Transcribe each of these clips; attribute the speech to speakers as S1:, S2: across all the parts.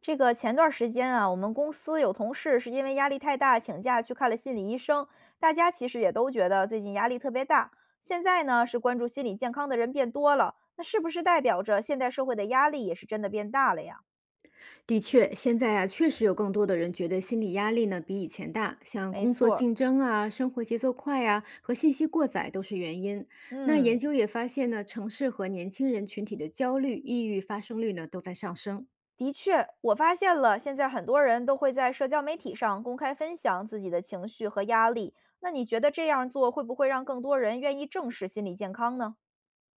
S1: 这个前段时间啊，我们公司有同事是因为压力太大请假去看了心理医生，大家其实也都觉得最近压力特别大。现在呢，是关注心理健康的人变多了，那是不是代表着现代社会的压力也是真的变大了呀？
S2: 的确，现在啊，确实有更多的人觉得心理压力呢比以前大，像
S1: 没
S2: 工作
S1: 错儿，
S2: 竞争啊、生活节奏快啊和信息过载都是原因。那研
S1: 嗯，
S2: 究也发现呢，城市和年轻人群体的焦虑、抑郁发生率呢都在上升。
S1: 的确，我发现了，现在很多人都会在社交媒体上公开分享自己的情绪和压力。那你觉得这样做会不会让更多人愿意正视心理健康呢？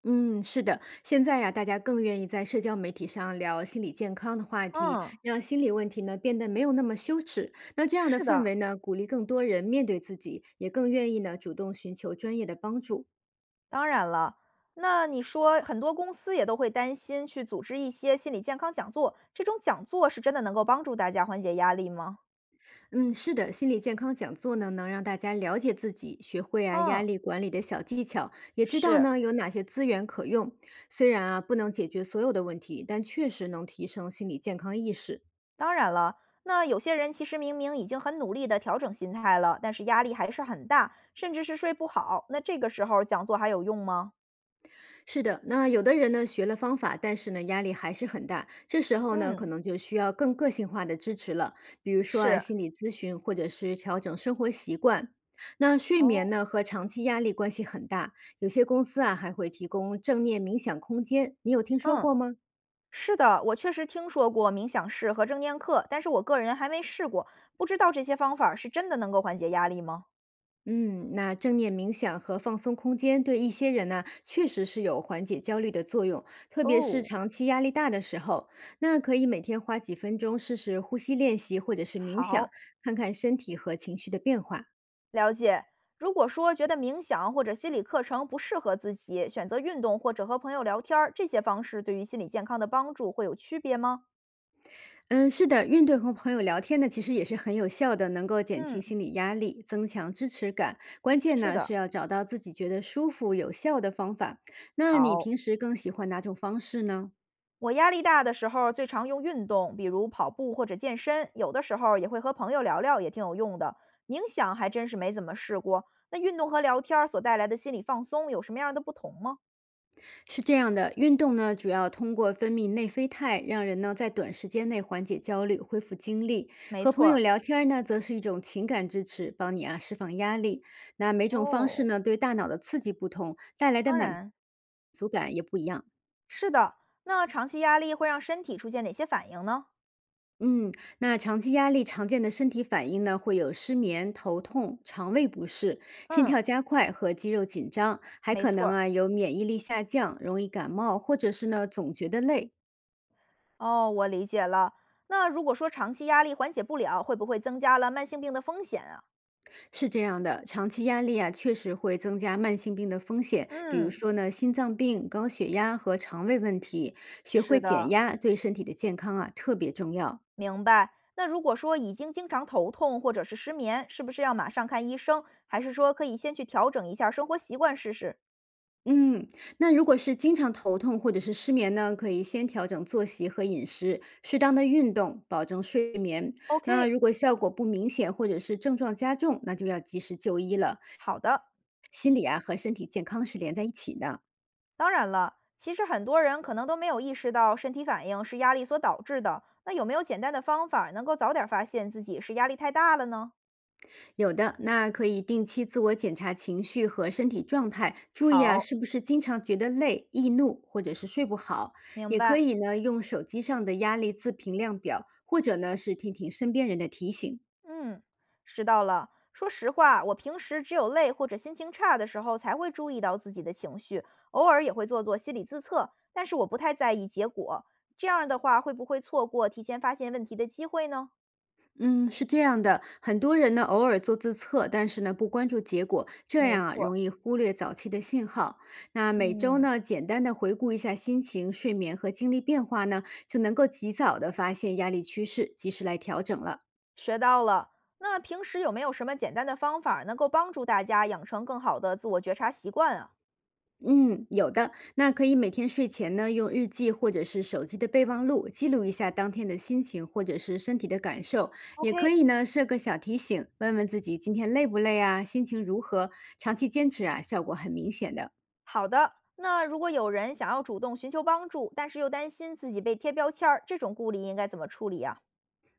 S2: 嗯，是的，现在呀、大家更愿意在社交媒体上聊心理健康的话题，
S1: 嗯，
S2: 让心理问题呢变得没有那么羞耻。那这样的
S1: 是
S2: 氛
S1: 的。
S2: 围呢，鼓励更多人面对自己，也更愿意呢主动寻求专业的帮助。
S1: 当然了，那你说很多公司也都会担心去组织一些心理健康讲座，这种讲座是真的能够帮助大家缓解压力吗？
S2: 嗯，是的，心理健康讲座呢，能让大家了解自己，学会啊压
S1: 嗯，
S2: 力管理的小技巧，也知道
S1: 是，
S2: 呢有哪些资源可用。虽然啊不能解决所有的问题，但确实能提升心理健康意识。
S1: 当然了。那有些人其实明明已经很努力的调整心态了，但是压力还是很大，甚至是睡不好。那这个时候讲座还有用吗？
S2: 是的，那有的人呢学了方法，但是呢压力还是很大，这时候呢可
S1: 嗯，
S2: 能就需要更个性化的支持了，比如说啊
S1: 是，
S2: 心理咨询或者是调整生活习惯。那睡
S1: 哦，
S2: 眠呢和长期压力关系很大，有些公司啊还会提供正念冥想空间，你有听说
S1: 嗯，
S2: 过吗？
S1: 是的，我确实听说过冥想室和正念课，但是我个人还没试过，不知道这些方法儿是真的能够缓解压力吗？
S2: 嗯，那正念冥想和放松空间对一些人呢，确实是有缓解焦虑的作用，特别是
S1: 哦，
S2: 长期压力大的时候。那可以每天花几分钟试试呼吸练习或者是冥想，
S1: 好，
S2: 看看身体和情绪的变化。
S1: 了解。如果说觉得冥想或者心理课程不适合自己，选择运动或者和朋友聊天儿，这些方式对于心理健康的帮助会有区别吗？
S2: 嗯，是的，运动和朋友聊天呢，其实也是很有效的，能够减轻
S1: 嗯，
S2: 心理压力，增强支持感。关键
S1: 是
S2: 呢
S1: 的，
S2: 是要找到自己觉得舒服、有效的方法。那你
S1: 好，
S2: 平时更喜欢哪种方式呢？
S1: 我压力大的时候最常用运动，比如跑步或者健身，有的时候也会和朋友聊聊，也挺有用的。冥想还真是没怎么试过。那运动和聊天儿所带来的心理放松有什么样的不同吗？
S2: 是这样的，运动呢，主要通过分泌内啡肽，让人呢在短时间内缓解焦虑、恢复精力。
S1: 没
S2: 和
S1: 错
S2: 朋友
S1: 儿。
S2: 聊天儿呢，则是一种情感支持，帮你啊释放压力。那每种方式
S1: 哦，
S2: 呢，对大脑的刺激不同，带来的
S1: 当
S2: 满
S1: 然
S2: 足感也不一样。
S1: 是的。那长期压力会让身体出现哪些反应呢？
S2: 嗯，那长期压力常见的身体反应呢，会有失眠、头痛、肠胃不适、心
S1: 嗯。
S2: 跳加快和肌肉紧张，还
S1: 没
S2: 可
S1: 错
S2: 能
S1: 儿，
S2: 啊有免疫力下降、容易感冒，或者是呢总觉得累。
S1: 哦，我理解了。那如果说长期压力缓解不了，会不会增加了慢性病的风险啊？
S2: 是这样的，长期压力啊，确实会增加慢性病的风险，比如
S1: 嗯，
S2: 说呢，心脏病、高血压和肠胃问题。学
S1: 是
S2: 会减
S1: 的，
S2: 压对身体的健康啊特别重要。
S1: 明白。那如果说已经经常头痛或者是失眠，是不是要马上看医生？还是说可以先去调整一下生活习惯试试
S2: 嗯，那如果是经常头痛或者是失眠呢，可以先调整作息和饮食，适当的运动，保证睡眠。那
S1: ？OK，
S2: 如果效果不明显或者是症状加重，那就要及时就医了。
S1: 好的。
S2: 心理啊和身体健康是连在一起的。
S1: 当然了，其实很多人可能都没有意识到身体反应是压力所导致的。那有没有简单的方法能够早点发现自己是压力太大了呢？
S2: 有的，那可以定期自我检查情绪和身体状态，注意啊
S1: 好，
S2: 是不是经常觉得累、易怒或者是睡不好。
S1: 明
S2: 也可
S1: 白。
S2: 以呢用手机上的压力自评量表，或者呢是听听身边人的提醒。
S1: 嗯，知道了。说实话，我平时只有累或者心情差的时候才会注意到自己的情绪，偶尔也会做做心理自测，但是我不太在意结果。这样的话，会不会错过提前发现问题的机会呢？
S2: 嗯，是这样的，很多人呢偶尔做自测，但是呢不关注结果，这
S1: 没
S2: 样啊
S1: 错
S2: 容易忽略早期的信号。那每周
S1: 嗯，
S2: 呢简单的回顾一下心情、睡眠和精力变化呢，就能够及早的发现压力趋势，及时来调整了。
S1: 学到了。那平时有没有什么简单的方法能够帮助大家养成更好的自我觉察习惯啊
S2: 嗯，有的。那可以每天睡前呢，用日记或者是手机的备忘录记录一下当天的心情或者是身体的感受，也可
S1: ？OK，
S2: 以呢设个小提醒，问问自己今天累不累啊，心情如何。长期坚持啊，效果很明显的。
S1: 好的。那如果有人想要主动寻求帮助，但是又担心自己被贴标签儿，这种顾虑应该怎么处理啊？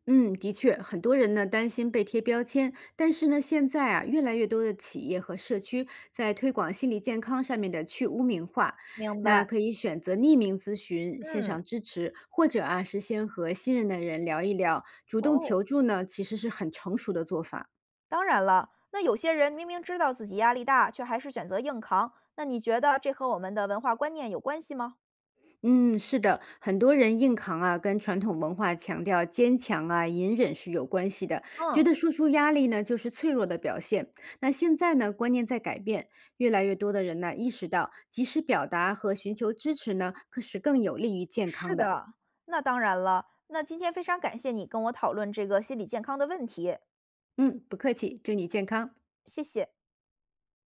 S2: 嗯，的确，很多人呢担心被贴标签，但是呢，现在啊，越来越多的企业和社区在推广心理健康上面的去污名化，
S1: 明
S2: 那
S1: 白。
S2: 可以选择匿名咨询、线
S1: 嗯，
S2: 上支持，或者啊是先和信任的人聊一聊，主动
S1: 哦，
S2: 求助呢，其实是很成熟的做法。
S1: 当然了，那有些人明明知道自己压力大，却还是选择硬扛，那你觉得这和我们的文化观念有关系吗？
S2: 嗯，是的，很多人硬扛啊，跟传统文化强调坚强啊、隐忍是有关系的，觉
S1: 嗯，
S2: 得说出压力呢就是脆弱的表现。那现在呢，观念在改变，越来越多的人呢意识到，及时表达和寻求支持呢，可是更有利于健
S1: 是
S2: 康的。
S1: 的，那当然了。那今天非常感谢你跟我讨论这个心理健康的问题，
S2: 嗯，不客气，祝你健康。
S1: 谢谢。